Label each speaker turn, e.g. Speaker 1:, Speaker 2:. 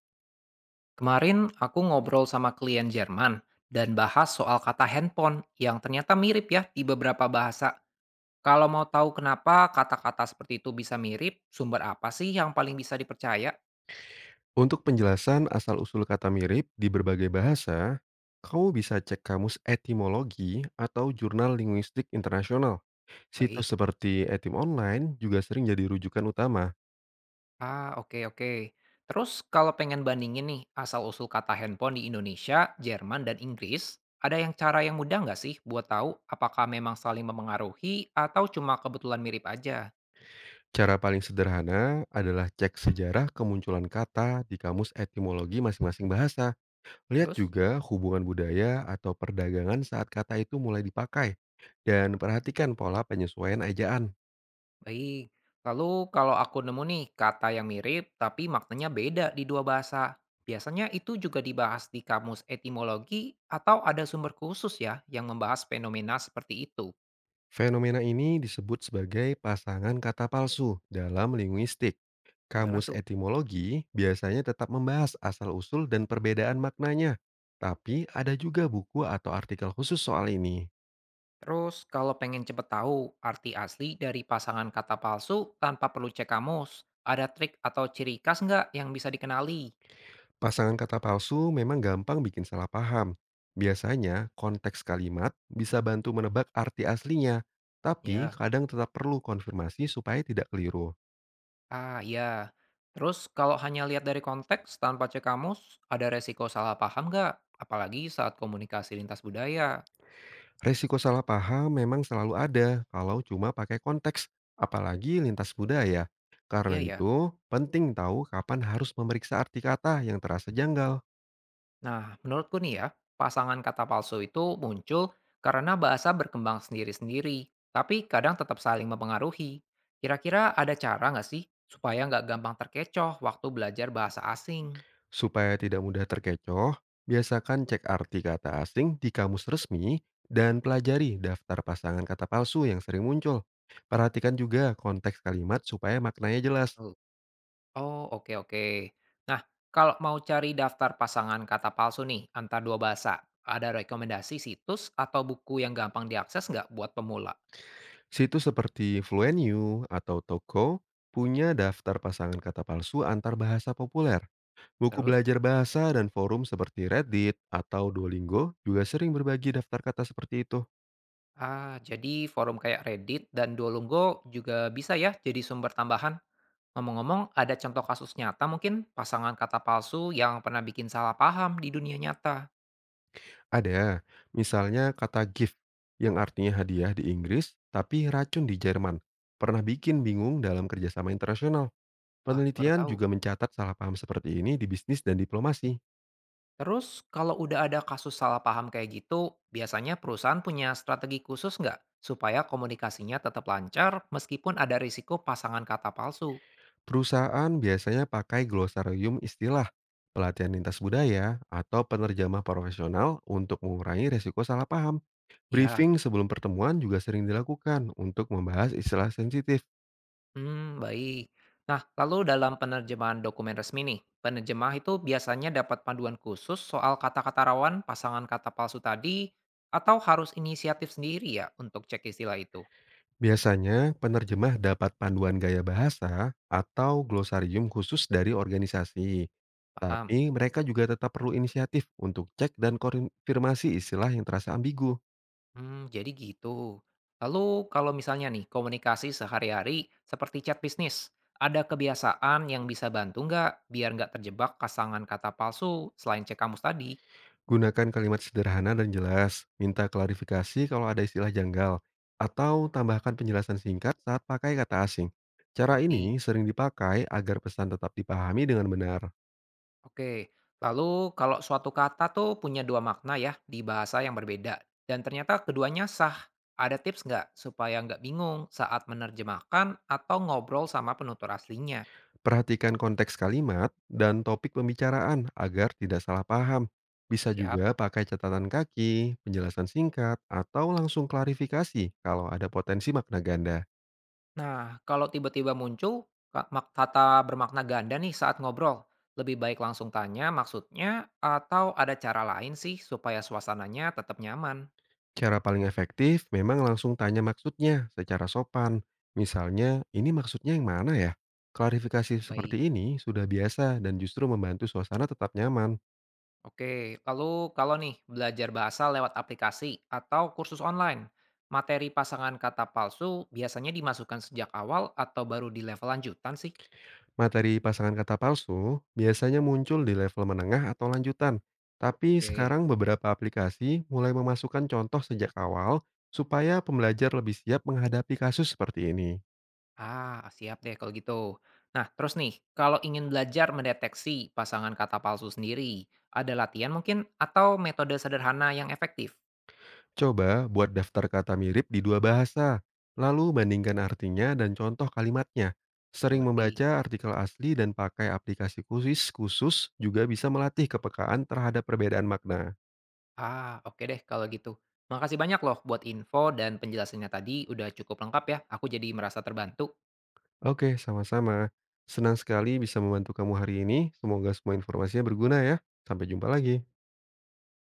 Speaker 1: Kemarin aku ngobrol sama klien Jerman dan bahas soal kata handphone yang ternyata mirip ya di beberapa bahasa. Kalau mau tahu kenapa kata-kata seperti itu bisa mirip, sumber apa sih yang paling bisa dipercaya?
Speaker 2: Untuk penjelasan asal-usul kata mirip di berbagai bahasa, kamu bisa cek kamus etimologi atau jurnal linguistik internasional.
Speaker 1: Baik.
Speaker 2: Situs seperti Etim Online juga sering jadi rujukan utama.
Speaker 1: Oke, oke. Terus kalau pengen bandingin nih asal-usul kata handphone di Indonesia, Jerman dan Inggris, ada yang cara yang mudah nggak sih buat tahu apakah memang saling memengaruhi atau cuma kebetulan mirip aja?
Speaker 2: Cara paling sederhana adalah cek sejarah kemunculan kata di kamus etimologi masing-masing bahasa. Lihat
Speaker 1: Terus?
Speaker 2: juga hubungan budaya atau perdagangan saat kata itu mulai dipakai. Dan perhatikan pola penyesuaian ejaan.
Speaker 1: Baik. Lalu kalau aku nemu nih kata yang mirip tapi maknanya beda di dua bahasa, biasanya itu juga dibahas di kamus etimologi atau ada sumber khusus ya yang membahas fenomena seperti itu.
Speaker 2: Fenomena ini disebut sebagai pasangan kata palsu dalam linguistik.
Speaker 1: Gimana
Speaker 2: Kamus
Speaker 1: tuh?
Speaker 2: etimologi biasanya tetap membahas asal-usul dan perbedaan maknanya, tapi ada juga buku atau artikel khusus soal ini.
Speaker 1: Terus kalau pengen cepet tahu arti asli dari pasangan kata palsu tanpa perlu cek kamus, ada trik atau ciri khas nggak yang bisa dikenali?
Speaker 2: Pasangan kata palsu memang gampang bikin salah paham. Biasanya, konteks kalimat bisa bantu menebak arti aslinya, tapi
Speaker 1: Ya.
Speaker 2: kadang tetap perlu konfirmasi supaya tidak keliru.
Speaker 1: Ya, terus kalau hanya lihat dari konteks tanpa cek kamus, ada resiko salah paham nggak? Apalagi saat komunikasi lintas budaya.
Speaker 2: Resiko salah paham memang selalu ada kalau cuma pakai konteks, apalagi lintas budaya. Karena
Speaker 1: Iya ya.
Speaker 2: itu, penting tahu kapan harus memeriksa arti kata yang terasa janggal.
Speaker 1: Nah, menurutku nih ya, pasangan kata palsu itu muncul karena bahasa berkembang sendiri-sendiri, tapi kadang tetap saling mempengaruhi. Kira-kira ada cara nggak sih supaya nggak gampang terkecoh waktu belajar bahasa asing?
Speaker 2: Supaya tidak mudah terkecoh, biasakan cek arti kata asing di kamus resmi dan pelajari daftar pasangan kata palsu yang sering muncul. Perhatikan juga konteks kalimat supaya maknanya jelas.
Speaker 1: Betul. Oh, oke, oke. Nah, kalau mau cari daftar pasangan kata palsu nih antar dua bahasa, ada rekomendasi situs atau buku yang gampang diakses nggak buat pemula?
Speaker 2: Situs seperti Fluenu atau Toko punya daftar pasangan kata palsu antar bahasa populer. Buku
Speaker 1: Terus?
Speaker 2: belajar bahasa dan forum seperti Reddit atau Duolingo juga sering berbagi daftar kata seperti itu.
Speaker 1: Jadi forum kayak Reddit dan Duolingo juga bisa ya jadi sumber tambahan. Ngomong-ngomong, ada contoh kasus nyata mungkin pasangan kata palsu yang pernah bikin salah paham di dunia nyata.
Speaker 2: Ada, misalnya kata gift yang artinya hadiah di Inggris tapi racun di Jerman. Pernah bikin bingung dalam kerjasama internasional.
Speaker 1: Wah, baru
Speaker 2: Penelitian
Speaker 1: tahu.
Speaker 2: juga mencatat salah paham seperti ini di bisnis dan diplomasi.
Speaker 1: Terus kalau udah ada kasus salah paham kayak gitu, biasanya perusahaan punya strategi khusus nggak supaya komunikasinya tetap lancar meskipun ada risiko pasangan kata palsu?
Speaker 2: Perusahaan biasanya pakai glosarium istilah, pelatihan lintas budaya, atau penerjemah profesional untuk mengurangi resiko salah paham.
Speaker 1: Ya,
Speaker 2: Briefing sebelum pertemuan juga sering dilakukan untuk membahas istilah sensitif.
Speaker 1: baik. Nah, lalu dalam penerjemahan dokumen resmi nih, penerjemah itu biasanya dapat panduan khusus soal kata-kata rawan pasangan kata palsu tadi atau harus inisiatif sendiri ya untuk cek istilah itu?
Speaker 2: Biasanya, penerjemah dapat panduan gaya bahasa atau glosarium khusus dari organisasi.
Speaker 1: Paham?
Speaker 2: Tapi mereka juga tetap perlu inisiatif untuk cek dan konfirmasi istilah yang terasa ambigu.
Speaker 1: Jadi gitu. Lalu kalau misalnya nih, komunikasi sehari-hari seperti chat bisnis, ada kebiasaan yang bisa bantu nggak biar nggak terjebak kasangan kata palsu selain cek kamus tadi?
Speaker 2: Gunakan kalimat sederhana dan jelas, minta klarifikasi kalau ada istilah janggal, atau tambahkan penjelasan singkat saat pakai kata asing. Cara
Speaker 1: Mengerti.
Speaker 2: ini sering dipakai agar pesan tetap dipahami dengan benar.
Speaker 1: Oke, lalu kalau suatu kata tuh punya dua makna ya di bahasa yang berbeda dan ternyata keduanya sah, ada tips nggak supaya nggak bingung saat menerjemahkan atau ngobrol sama penutur aslinya?
Speaker 2: Perhatikan konteks kalimat dan topik pembicaraan agar tidak salah paham. Bisa
Speaker 1: Siap.
Speaker 2: juga pakai catatan kaki, penjelasan singkat, atau langsung klarifikasi kalau ada potensi makna ganda.
Speaker 1: Nah, kalau tiba-tiba muncul kata bermakna ganda nih saat ngobrol, lebih baik langsung tanya maksudnya atau ada cara lain sih supaya suasananya tetap nyaman.
Speaker 2: Cara paling efektif memang langsung tanya maksudnya secara sopan. Misalnya, ini maksudnya yang mana ya? Klarifikasi
Speaker 1: Baik.
Speaker 2: seperti ini sudah biasa dan justru membantu suasana tetap nyaman.
Speaker 1: Oke, lalu kalau nih belajar bahasa lewat aplikasi atau kursus online, materi pasangan kata palsu biasanya dimasukkan sejak awal atau baru di level lanjutan sih?
Speaker 2: Materi pasangan kata palsu biasanya muncul di level menengah atau lanjutan, tapi
Speaker 1: Oke.
Speaker 2: sekarang beberapa aplikasi mulai memasukkan contoh sejak awal supaya pembelajar lebih siap menghadapi kasus seperti ini.
Speaker 1: Siap deh kalau gitu. Nah, terus nih, kalau ingin belajar mendeteksi pasangan kata palsu sendiri, ada latihan mungkin atau metode sederhana yang efektif?
Speaker 2: Coba buat daftar kata mirip di dua bahasa, lalu bandingkan artinya dan contoh kalimatnya. Sering
Speaker 1: Mengerti?
Speaker 2: membaca artikel asli dan pakai aplikasi khusus khusus juga bisa melatih kepekaan terhadap perbedaan makna.
Speaker 1: Oke deh kalau gitu. Makasih banyak loh buat info dan penjelasannya tadi udah cukup lengkap ya. Aku jadi merasa terbantu.
Speaker 2: Oke, sama-sama. Senang sekali bisa membantu kamu hari ini. Semoga semua informasinya berguna ya. Sampai jumpa lagi.